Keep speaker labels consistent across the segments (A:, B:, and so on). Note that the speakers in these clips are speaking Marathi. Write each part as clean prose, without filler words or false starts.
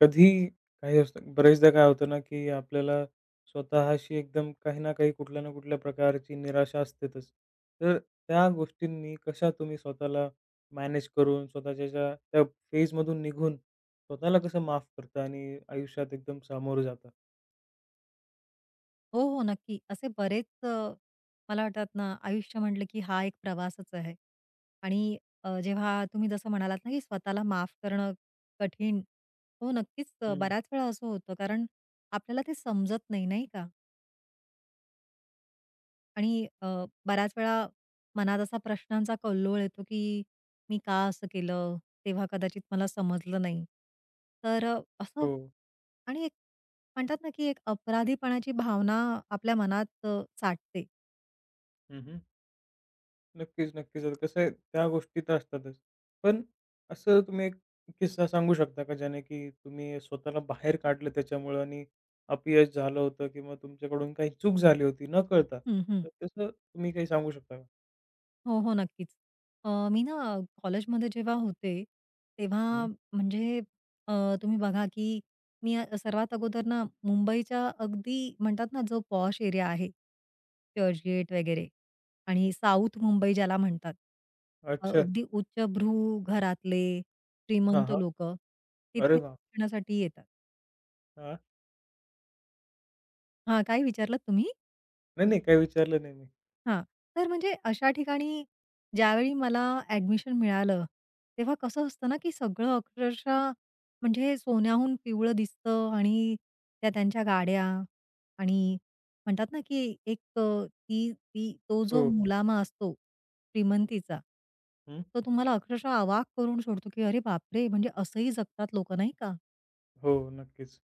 A: कधी काही असतं बरेचदा काय होतं ना, की आपल्याला स्वतःशी एकदम काही ना काही, कुठल्या ना कुठल्या प्रकारची निराशा असतेतच. तर त्या गोष्टींनी कशा तुम्ही स्वतःला मॅनेज करून, स्वतःच्या ज्या त्या फेजमधून निघून स्वतःला कसं माफ करता आणि आयुष्यात एकदम सामोरं जाता?
B: हो, हो. नक्की. असे बरेच मला वाटतात ना, आयुष्य म्हटलं की हा एक प्रवासच आहे. आणि जेव्हा तुम्ही जसं म्हणालात ना, की स्वतःला माफ करणं कठीण. हो, नक्कीच
A: हं.
B: बऱ्याच वेळा असं होतं कारण आपल्याला ते समजत नाही, नाही का? आणि बऱ्याच वेळा मनात असा प्रश्नांचा कल्लोळ येतो, की मी का असं केलं? तेव्हा कदाचित मला समजलं नाही. तर असं
A: हो.
B: आणि एक म्हणतात ना, की एक अपराधीपणाची भावना आपल्या मनात साठते.
A: हं, नक्कीच, नक्कीच. आता कसं आहे त्या गोष्टी तर असतातच. पण असं तुम्ही एक किस्सा सांगू शकता का ज्याने की तुम्ही स्वतःला बाहेर काढलं त्याच्यामुळं, आणि अपयश झालं होतं किंवा तुमच्याकडून काही चूक झाली होती नकळता.
B: हं, हं.
A: तर तसं तुम्ही काही सांगू शकता का?
B: हो, हो. नक्कीच. मी ना कॉलेजमध्ये जेव्हा होते, तेव्हा
A: हं.
B: म्हणजे अ, तुम्ही बघा की मी सर्वात अगोदर ना मुंबईच्या अगदी म्हणतात ना जो पॉश एरिया आहे, चर्चगेट वगैरे आणि साऊथ मुंबई ज्याला म्हणतात.
A: अच्छा.
B: अगदी उच्चभ्रू घरातले
A: हां,
B: श्रीमंत
A: हां.
B: लोकं तिथे
A: अरे वाह!
B: शिक्षणासाठी येतात.
A: हां.
B: हां, काय विचारलात तुम्ही?
A: नाही, नाही काही विचारलं नाही मी.
B: हां. तर म्हणजे अशा ठिकाणी ज्यावेळी मला ॲडमिशन मिळालं, तेव्हा कसं असतं ना, की सगळं अक्षरशः म्हणजे सोन्याहून पिवळं दिसतं आणि त्या त्यांच्या गाड्या आणि म्हणतात ना, की एक अ, ती ती तो जो
A: हो.
B: मुलामा असतो श्रीमंतीचा,
A: हं.
B: तो तुम्हाला अक्षरशः अवाक करून सोडतो, की अरे बापरे! म्हणजे असंही जगतात लोकं नाही का?
A: हो, नक्कीच.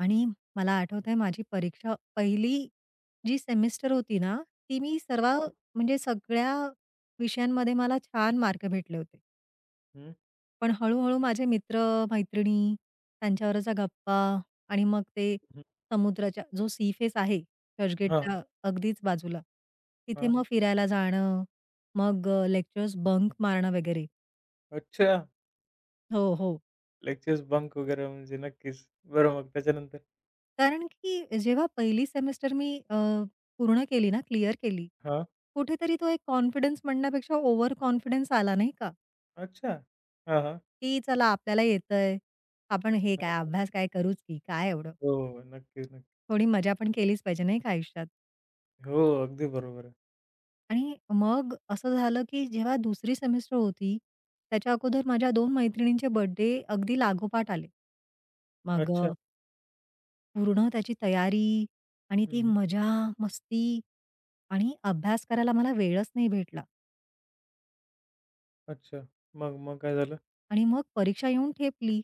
B: आणि मला आठवतंय माझी परीक्षा पहिली जी सेमिस्टर होती ना, ती मी सर्व
A: हां.
B: म्हणजे सगळ्या विषयांमध्ये मला छान मार्क भेटले होते.
A: हं,
B: पण हळू-हळू माझे मित्र-मैत्रिणी, त्यांच्यावरच्या गप्पा आणि मग ते
A: हं.
B: समुद्राच्या जो सी फेस आहे,
A: हां,
B: चर्चगेटच्या अगदीच बाजूला, तिथे
A: हां.
B: मग फिरायला जाणं, मग लेक्चर्स बंक मारणं वगैरे.
A: अच्छा.
B: हो, हो.
A: लेक्चर्स बंक वगैरे म्हणजे नक्कीच. बरं मग त्याच्यानंतर?
B: कारण की जेव्हा पहिली सेमेस्टर मी पूर्ण केली ना, क्लिअर केली.
A: हां.
B: कुठेतरी तो एक कॉन्फिडन्स म्हणण्यापेक्षा ओव्हर कॉन्फिडन्स आला नाही का,
A: अच्छा. हां.
B: की चला आपल्याला येतंय. आपण हे
A: हां,
B: काय
A: हां.
B: अभ्यास काय करूच की काय एवढं.
A: हो, नक्की, नक्की.
B: थोडी मजा पण केलीच पाहिजे नाही का आयुष्यात.
A: हो, अगदी बरोबर आहे.
B: आणि मग असं झालं की जेव्हा दुसरी सेमेस्टर होती, त्याच्या अगोदर माझ्या 2 मैत्रिणींचे बर्थडे अगदी लागोपाठ आले. मग
A: अच्छा.
B: पूर्ण त्याची तयारी आणि
A: हं,
B: ती
A: हं.
B: मजा, मस्ती आणि अभ्यास करायला मला वेळच नाही भेटला.
A: अच्छा. मग मग काय झालं?
B: आणि मग परीक्षा येऊन ठेपली.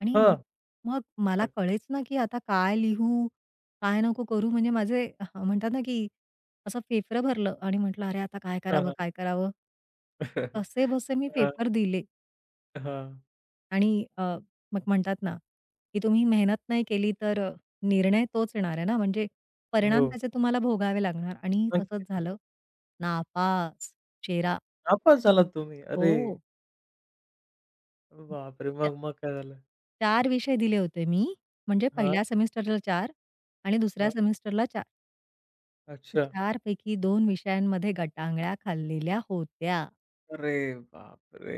B: आणि म-
A: हां.
B: मग मला कळेच ना, की आता काय लिहू? काय नको करू? म्हणजे माझे म्हणतात ना, की असं फेफरं भरलं आणि म्हटलं, "अरे, आता काय
A: हां,
B: करावं?
A: हां.
B: काय करावं?" कसेबसे मी
A: हां,
B: पेपर दिले
A: हां.
B: आणि मग म्हणतात ना, की तुम्ही मेहनत नाही केली तर निर्णय तोच येणार आहे ना, म्हणजे परिणाम
A: हो.
B: त्याचे तुम्हाला भोगावे लागणार आणि
A: नक्की,
B: तसंच
A: नक्की.
B: झालं. नापास, शेरा.
A: नापास झालात तुम्ही? अरे
B: हो.
A: बापरे! मग मग काय झालं?
B: चार विषय दिले होते मी. म्हणजे
A: हां,
B: पहिल्या सेमिस्टरला चार, आणि दुसऱ्या
A: हां.
B: सेमिस्टरला चार. तर
A: अच्छा.
B: 4 पैकी 2 विषयांमध्ये गटांगळ्या खाल्लेल्या होत्या.
A: अरे बापरे!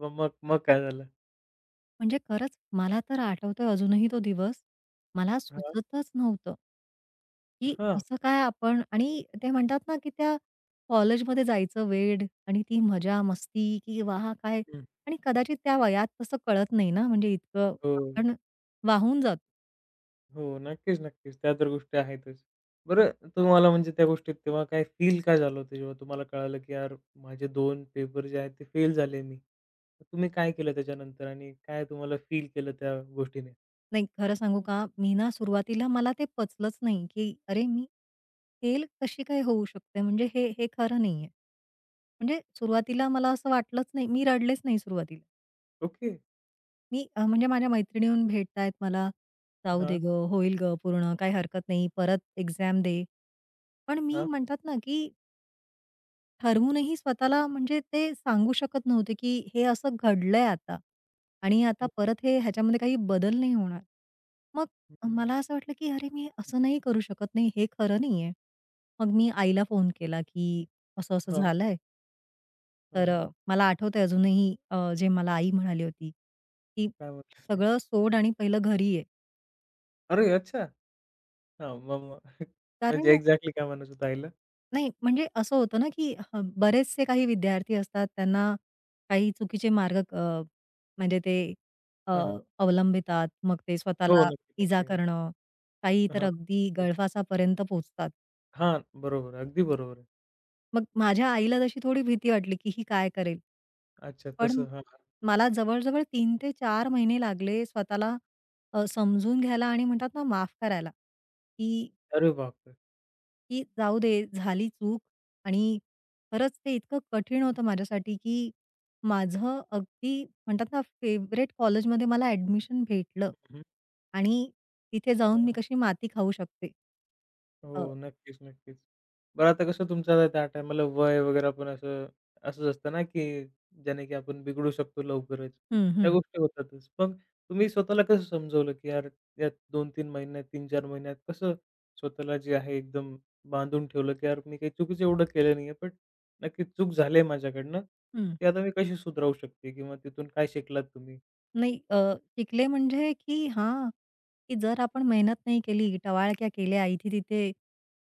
A: मग मग काय झालं?
B: म्हणजे खरंच मला तर आठवतोय अजूनही तो दिवस. मला
A: हां,
B: सुचतच नव्हतं, की
A: हां.
B: असं काय आपण आणि ते म्हणतात ना, की त्या कॉलेजमध्ये जायचं वेड आणि ती मजा मस्ती, की वाह! काय
A: हं.
B: आणि कदाचित त्या वयात तसं कळत नाही ना, म्हणजे इतकं
A: हो.
B: आपण वाहून जातो.
A: हो. नक्कीच, नक्कीच. त्या तर गोष्टी आहेतच. बरं तुम्हाला म्हणजे त्या गोष्टीत तेव्हा काय फील काय झालं होतं जेव्हा तुम्हाला कळालं, की यार माझे 2 पेपर जे आहेत ते फेल झाले मी. तर तुम्ही काय केलं त्याच्यानंतर आणि काय तुम्हाला फील केलं त्या गोष्टीने?
B: नाही, खरं सांगू का? मी ना सुरुवातीला मला ते पचलंच नाही, की अरे, मी तेल कशी काय होऊ शकते? म्हणजे हे हे खरं नाहीये. म्हणजे सुरुवातीला मला असं वाटलंच नाही. मी रडलेच नाही सुरुवातीला.
A: ओके.
B: मी म्हणजे माझ्या मैत्रिणी येऊन भेटतायत मला, "जाऊ
A: हां,
B: दे गं, होईल गं पूर्ण, काही हरकत नाही, परत एक्झाम दे." पण मी
A: हां.
B: म्हणतात ना, की ठरवूनही स्वतःला म्हणजे ते सांगू शकत नव्हते, की हे असं घडलंय आता आणि आता
A: हं,
B: परत हे ह्याच्यामध्ये काही बदल नाही होणार. मग
A: हं.
B: मला असं वाटलं, की अरे मी असं नाही करू शकत नाही, हे खरं नाहीये. मग मी आईला फोन केला, की असं-असं
A: हां,
B: झालंय.
A: हां,
B: तर
A: हां.
B: मला आठवतंय अजूनही जे मला आई म्हणाली होती, की
A: काय म्हटलं ते?
B: "सगळं सोड आणि पहिलं घरी ये."
A: अरे अच्छा! हां, मग मग म्हणजे
B: कारण
A: एक्झॅक्टली काय म्हणत होता आईला?
B: नाही, म्हणजे असं होतं ना, की बरेचसे काही विद्यार्थी असतात, त्यांना काही चुकीचे मार्ग म्हणजे ते अ,
A: हां, हां.
B: अवलंबितात. मग ते
A: हो.
B: स्वतःला
A: नक्की,
B: इजा
A: नक्की.
B: करणं, काही तर
A: हां,
B: अगदी
A: नक्कीच.
B: गळफासापर्यंत पोहोचतात.
A: हां, बरोबर. अगदी बरोबर आहे.
B: मग माझ्या आईला तशी थोडी भीती वाटली, की ही काय करेल?
A: अच्छा
B: पण
A: तसं. हां, हां.
B: मला जवळ-जवळ तीन ते 4 महिने लागले स्वतःला समजून घ्यायला आणि म्हणतात ना, माफ करायला, की
A: अरे बापरे!
B: की जाऊ दे, झाली चूक आणि खरंच ते इतकं कठीण होतं माझ्यासाठी, की माझं अगदी म्हणतात ना, फेव्हरेट कॉलेजमध्ये मला ॲडमिशन भेटलं
A: हं, हं.
B: आणि तिथे जाऊन मी कशी माती खाऊ शकते. अ,
A: हो. नक्कीच, नक्कीच. बरं आता कसं तुमचं त्या टायमाला वय वगैरे पण असं असंच असतं ना, की ज्याने की आपण बिघडू शकतो लवकरच.
B: हं,
A: त्या
B: हं,
A: गोष्टी होतातच. पण तुम्ही स्वतःला कसं समजवलं, की यार या 2-3 महिन्यात, तीन 4 महिन्यात कसं स्वतःला जे आहे एकदम बांधून ठेवलं, की यार मी काही चुकीचं एवढं केलं नाहीये, बट नक्की चूक झाली माझ्याकडनं.
B: हं.
A: ती आता मी कशी सुधारू शकते किंवा तिथून काय शिकलात तुम्ही?
B: नाही शिकले म्हणजे की हां, की जर आपण मेहनत नाही केली, टवाळक्या केल्या, इथे-तिथे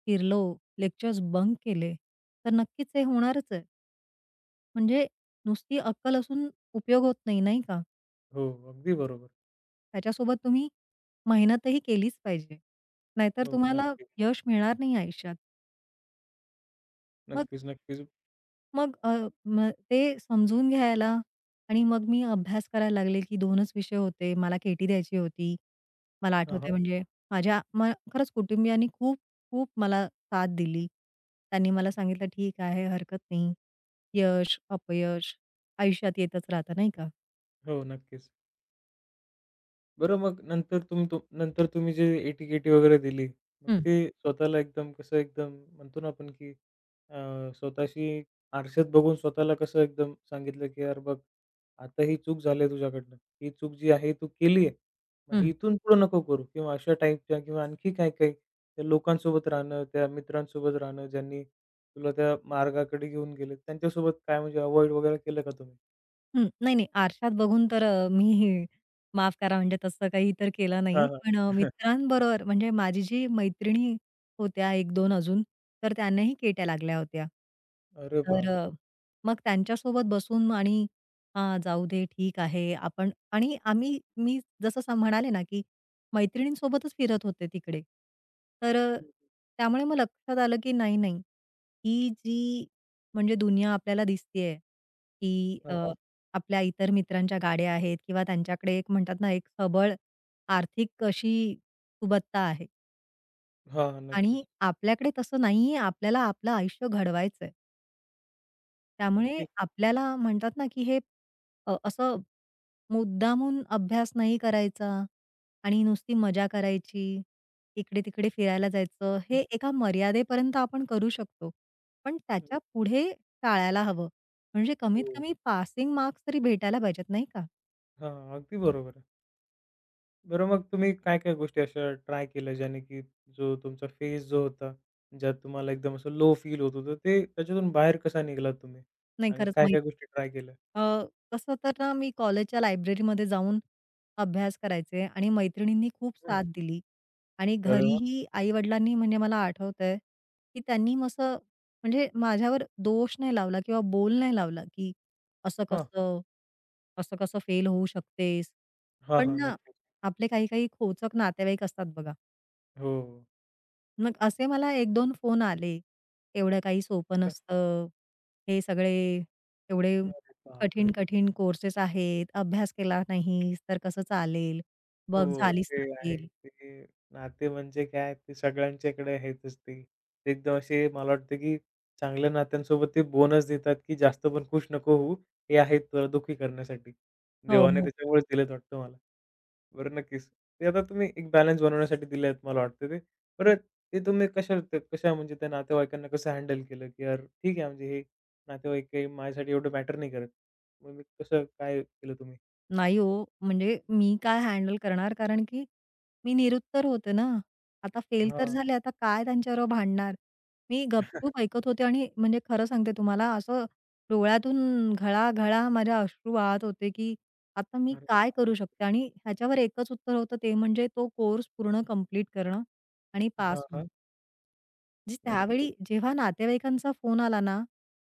B: फिरलो, लेक्चर्स बंक केले, तर नक्कीच हे होणारच आहे. म्हणजे नुसती अक्कल असून उपयोग होत नाही, नाही का?
A: हो, अगदी बरोबर.
B: त्याच्यासोबत तुम्ही मेहनतही केलीच पाहिजे. नाहीतर
A: हो,
B: तुम्हाला
A: नक्कीच.
B: यश मिळणार नाही आयुष्यात. मग
A: नक्कीच, नक्कीच.
B: मग अ, मग ते समजून घ्यायला आणि मग मी अभ्यास करायला लागले, की 2च विषय होते. मला केटी द्यायची होती. मला
A: हां, हां.
B: आठवतंय म्हणजे माझ्या म खरंच कुटुंबियांनी खूप, खूप मला साथ दिली. त्यांनी मला सांगितलं, "ठीक आहे, हरकत नाही. यश, अपयश आयुष्यात येतच राहतं नाही का?"
A: हो, नक्कीच. बरं मग नंतर तुम तुम नंतर तुम्ही जे एटी वगैरे दिली, मग
B: हं,
A: ते स्वतःला एकदम कसं एकदम म्हणतो ना आपण की स्वतःशी आरशात बघून स्वतःला कसं एकदम सांगितलं की "यार बघ, आता ही चूक झाली आहे तुझ्याकडनं. ही चूक जी आहे तू केली आहे. मग ही
B: हं.
A: इथून पुढे नको करू." किंवा अशा टाईपच्या किंवा आणखी काही-काही त्या लोकांसोबत राहणं, त्या मित्रांसोबत राहणं, ज्यांनी तुला त्या मार्गाकडे घेऊन गेले, त्यांच्यासोबत काय म्हणजे अव्हॉइड वगैरे केलं का तुम्ही?
B: हं. नाही, नाही. आरशात बघून तर मी माफ करा म्हणजे तसं काही तर केलं
A: हां,
B: नाही.
A: हां.
B: पण मित्रांबरोबर म्हणजे माझी जी मैत्रिणी होत्या 1-2 अजून, तर त्यांनाही केट्या लागल्या होत्या.
A: अरे
B: तर
A: बापरे!
B: मग त्यांच्यासोबत बसून आणि हां, जाऊ दे ठीक आहे आपण आणि आम्ही मी जसं स म्हणाले ना, की मैत्रिणींसोबतच फिरत होते तिकडे. तर
A: हं, हं.
B: त्यामुळे मग लक्षात आलं, की नाही, नाही. ही जी म्हणजे दुनिया आपल्याला दिसतीये, की
A: हां,
B: आपल्या इतर मित्रांच्या गाड्या आहेत किंवा त्यांच्याकडे एक म्हणतात ना, एक सबळ आर्थिक अशी सुबत्ता आहे आणि
A: नक्कीच.
B: आपल्याकडे तसं नाहीये. आपल्याला आपलं आयुष्य घडवायचंय. त्यामुळे
A: नक्कीच, नक्कीच.
B: आपल्याला म्हणतात ना, की हे असं मुद्दामून अभ्यास नाही करायचा आणि नुसती मजा करायची, इकडे-तिकडे फिरायला जायचं,
A: हं,
B: हे एका मर्यादेपर्यंत आपण करू शकतो. पण
A: हं.
B: त्याच्या पुढे टाळायला हवं. म्हणजे कमीत
A: हो.
B: कमी पासिंग मार्क्स तरी भेटायला पाहिजेत, नाही का?
A: हां, अगदी बरोबर आहे. बरं मग तुम्ही काय-काय गोष्टी अशा ट्राय केल्या ज्याने की जो तुमचा फेज जो होता, ज्यात तुम्हाला एकदम असं लो फील होत होतं, ते त्याच्यातून बाहेर कसा निघालात तुम्ही?
B: नाही
A: आणि
B: खरंच माहीत
A: काय-काय गोष्टी ट्राय केल्या?
B: अ, कसं तर ना मी कॉलेजच्या लायब्ररीमध्ये जाऊन अभ्यास करायचे आणि मैत्रिणींनी खूप
A: हं.
B: साथ दिली आणि
A: अरे वाह!
B: घरीही आई-वडिलांनी म्हणजे मला आठवतंय, की त्यांनी मग असं म्हणजे माझ्यावर दोष नाही लावला किंवा बोल नाही लावला, की "असं
A: हां.
B: कसं? असं कसं फेल होऊ शकतेस?"
A: हां,
B: पण
A: हां.
B: ना
A: नक्कीच.
B: आपले काही काही खोचक नातेवाईक असतात बघा.
A: हो.
B: मग असे मला एक दोन फोन आले. एवढं काही सोपं नसतं. हे सगळे एवढे
A: अरे बापरे!
B: कठीण-कठीण कोर्सेस आहेत. अभ्यास केला नाहीस तर कसं चालेल? बघ
A: हो,
B: झालीच
A: ते
B: ना
A: आहे.
B: फेल.
A: ते नाते म्हणजे काय ते सगळ्यांच्याकडे आहेतच ते. ते एकदम असे मला वाटतं, की चांगल्या नात्यांसोबत ते बोनस देतात, की जास्त पण खुश नको होऊ. हे आहेत तुला दुःखी करण्यासाठी.
B: हो,
A: देवाने
B: हो.
A: त्याच्यामुळेच दिलेत वाटतं मला. बरं नक्कीच. ते आता तुम्ही एक बॅलन्स बनवण्यासाठी दिले आहेत मला वाटतं ते. बरं ते तुम्ही कशा म्हणजे त्या नातेवाईकांना कसं हँडल केलं, की यार ठीक आहे म्हणजे हे नातेवाईक काही माझ्यासाठी एवढं मॅटर नाही करत. मग मी कसं काय केलं तुम्ही?
B: नाही हो, म्हणजे मी काय हँडल करणार कारण की मी निरुत्तर होते ना. आता फेल तर
A: हां.
B: झाले, आता काय त्यांच्याबरोबर भांडणार? मी गपचूप ऐकत होते आणि म्हणजे खरं सांगते तुम्हाला असं डोळ्यातून घळा-घळा माझे अश्रू वाहत होते, की आता मी
A: अरे
B: काय
A: बाप!
B: करू शकते? आणि ह्याच्यावर एकच उत्तर होतं ते म्हणजे तो कोर्स पूर्ण कंप्लीट करणं आणि
A: हां,
B: पास.
A: हां.
B: म्हणजे
A: नक्कीच.
B: त्यावेळी जेव्हा नातेवाईकांचा फोन आला ना,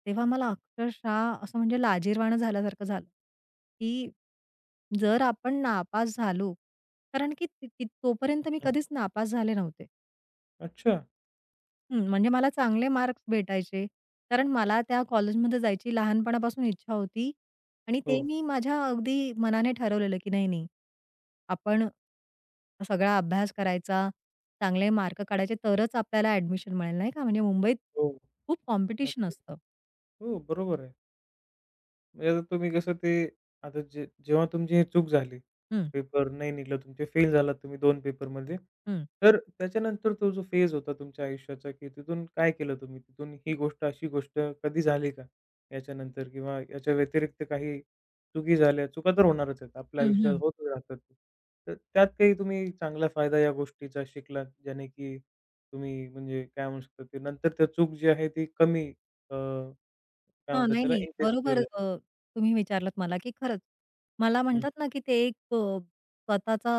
B: तेव्हा मला अक्षरशः असं म्हणजे लाजिरवाणं झाल्यासारखं झालं, की जर आपण नापास झालो, कारण की ती ती तोपर्यंत मी
A: हं,
B: कधीच नापास झाले नव्हते.
A: अच्छा.
B: हं, म्हणजे मला चांगले मार्क्स भेटायचे. कारण मला त्या कॉलेजमध्ये जायची लहानपणापासून इच्छा होती आणि ते
A: हो.
B: मी माझ्या अगदी मनाने ठरवलेलं, की नाही, नाही, आपण सगळा अभ्यास करायचा, चांगले मार्क काढायचे तरच आपल्याला ॲडमिशन मिळेल, नाही का. म्हणजे मुंबईत
A: हो.
B: खूप कॉम्पिटिशन
A: नक्कीच.
B: असतं.
A: हो, बरोबर आहे. म्हणजे आता तुम्ही कसं ते आता जे जेव्हा तुमची ही चूक झाली,
B: हं,
A: पेपर नाही निघला, तुमचे फेल झालात तुम्ही 2 पेपरमध्ये.
B: हं.
A: तर त्याच्यानंतर तो जो फेज होता तुमच्या आयुष्याचा, की तिथून काय केलं तुम्ही? तिथून ही गोष्ट, अशी गोष्ट कधी झाली का? याच्यानंतर किंवा याच्या व्यतिरिक्त काही चुकी झाल्या, चुका तर होणारच आहेत. आपल्या
B: हं,
A: आयुष्यात
B: हं.
A: होतच राहतात. तर त्यात काही तुम्ही चांगला फायदा या गोष्टीचा शिकलात, ज्याने की तुम्ही म्हणजे काय म्हणू शकता, ते नंतर त्या चूक जी आहे ती कमी अ, काय
B: हां,
A: म्हणतात
B: नाही,
A: त्याला
B: नाही.
A: इंटेन्सिटीवर
B: बरोबर
A: झाली?
B: तुम्ही विचारलत मला, की खरंच मला म्हणतात ना, की ते एक स्वतःचा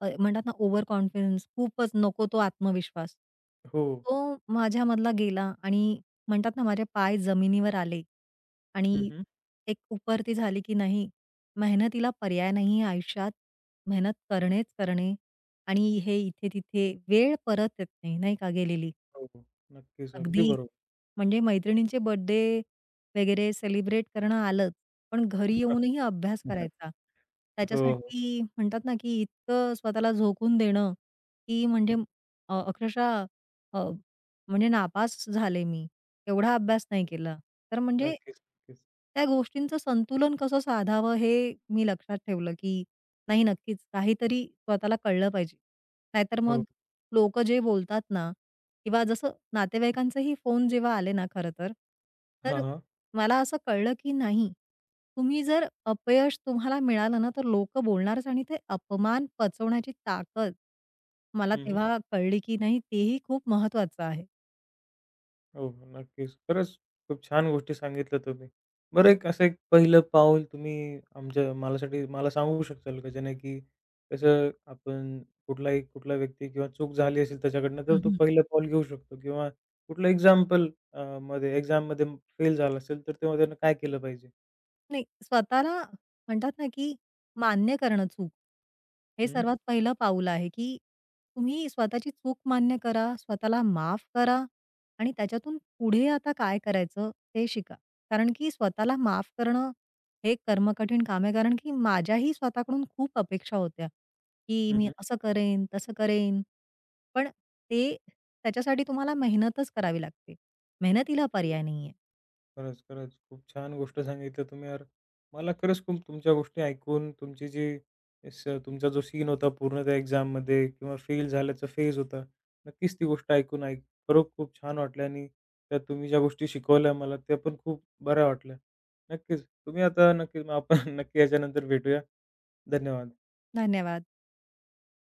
B: म्हणतात ना ओव्हर कॉन्फिडन्स खूपच नको तो आत्मविश्वास.
A: हो.
B: तो माझ्यामधला गेला आणि म्हणतात ना माझे पाय जमिनीवर आले
A: हं,
B: आणि
A: हं.
B: एक उपरती झाली, की नाही मेहनतीला पर्याय नाहीये आयुष्यात. मेहनत करणेच करणे आणि हे इथे-तिथे वेळ परत येत नाही, नाही का गेलेली.
A: हो, हो. नक्कीच. अगदी
B: अगदी
A: बरोबर.
B: म्हणजे मैत्रिणींचे बर्थडे वगैरे सेलिब्रेट करणं आलंच, पण घरी येऊनही अभ्यास करायचा.
A: हो, हो.
B: त्याच्यासाठी म्हणतात ना, की इतकं स्वतःला झोकून देणं, की म्हणजे
A: हं.
B: अक्षरशः अ, म्हणजे नापास झाले मी. एवढा अभ्यास नाही केला. तर म्हणजे
A: नक्कीच, नक्कीच.
B: त्या गोष्टींचं संतुलन कसं साधावं हे मी लक्षात ठेवलं, की नाही नक्कीच काहीतरी स्वतःला कळलं पाहिजे. नाहीतर
A: हो.
B: मग लोकं जे बोलतात ना किंवा जसं नातेवाईकांचेही फोन जेव्हा आले ना खरं तर,
A: हां,
B: तर
A: हां.
B: मला असं कळलं की नाही, तुम्ही जर अपयश तुम्हाला मिळालं ना, तर लोकं बोलणारच आणि ते अपमान पचवण्याची ताकद मला
A: हं, हं.
B: तेव्हा कळली की नाही, तेही खूप महत्वाचं आहे.
A: हो, हो. नक्कीच. खरंच खूप छान गोष्टी सांगितल्या तुम्ही. बरं असं एक पहिलं पाऊल तुम्ही आमच्या मालासाठी मला सांगू शकाल का? ज्याने की कसं आपण कुठला व्यक्ती किंवा चूक झाली असेल त्याच्याकडनं तर तो पहिलं पाऊल घेऊ शकतो किंवा कुठलं एक्झाम्पल अ, मध्ये एक्झाममध्ये फेल झाला असेल तर तेव्हा त्यानं काय केलं पाहिजे?
B: नाही, स्वतःला म्हणतात ना, की मान्य करणं चूक. हे
A: हं.
B: सर्वात पहिलं पाऊल आहे, की तुम्ही स्वतःची चूक मान्य करा, स्वतःला माफ करा आणि त्याच्यातून पुढे आता काय करायचं ते शिका. कारण की स्वतःला माफ करणं हे एक कर्मकठीण काम आहे. कारण की माझ्याही स्वतःकडून खूप अपेक्षा होत्या, की
A: हं,
B: मी
A: हं.
B: असं करेन, तसं करेन. पण ते त्याच्यासाठी तुम्हाला मेहनतच करावी लागते. मेहनतीला पर्याय नाहीये.
A: खरंच, खरंच. खूप छान गोष्ट सांगितलं तुम्ही यार. मला खरंच खूप तुमच्या गोष्टी ऐकून तुमची जी स तुमचा जो सीन होता पूर्ण त्या एक्झाममध्ये किंवा फेल झाल्याचा फेज होता. नक्कीच ती गोष्ट ऐकून खरं खूप छान वाटलं आणि त्या तुम्ही ज्या गोष्टी शिकवल्या मला त्या पण खूप बऱ्या वाटल्या. नक्कीच. तुम्ही आता नक्की आपण नक्की याच्यानंतर भेटूया. धन्यवाद.
B: धन्यवाद.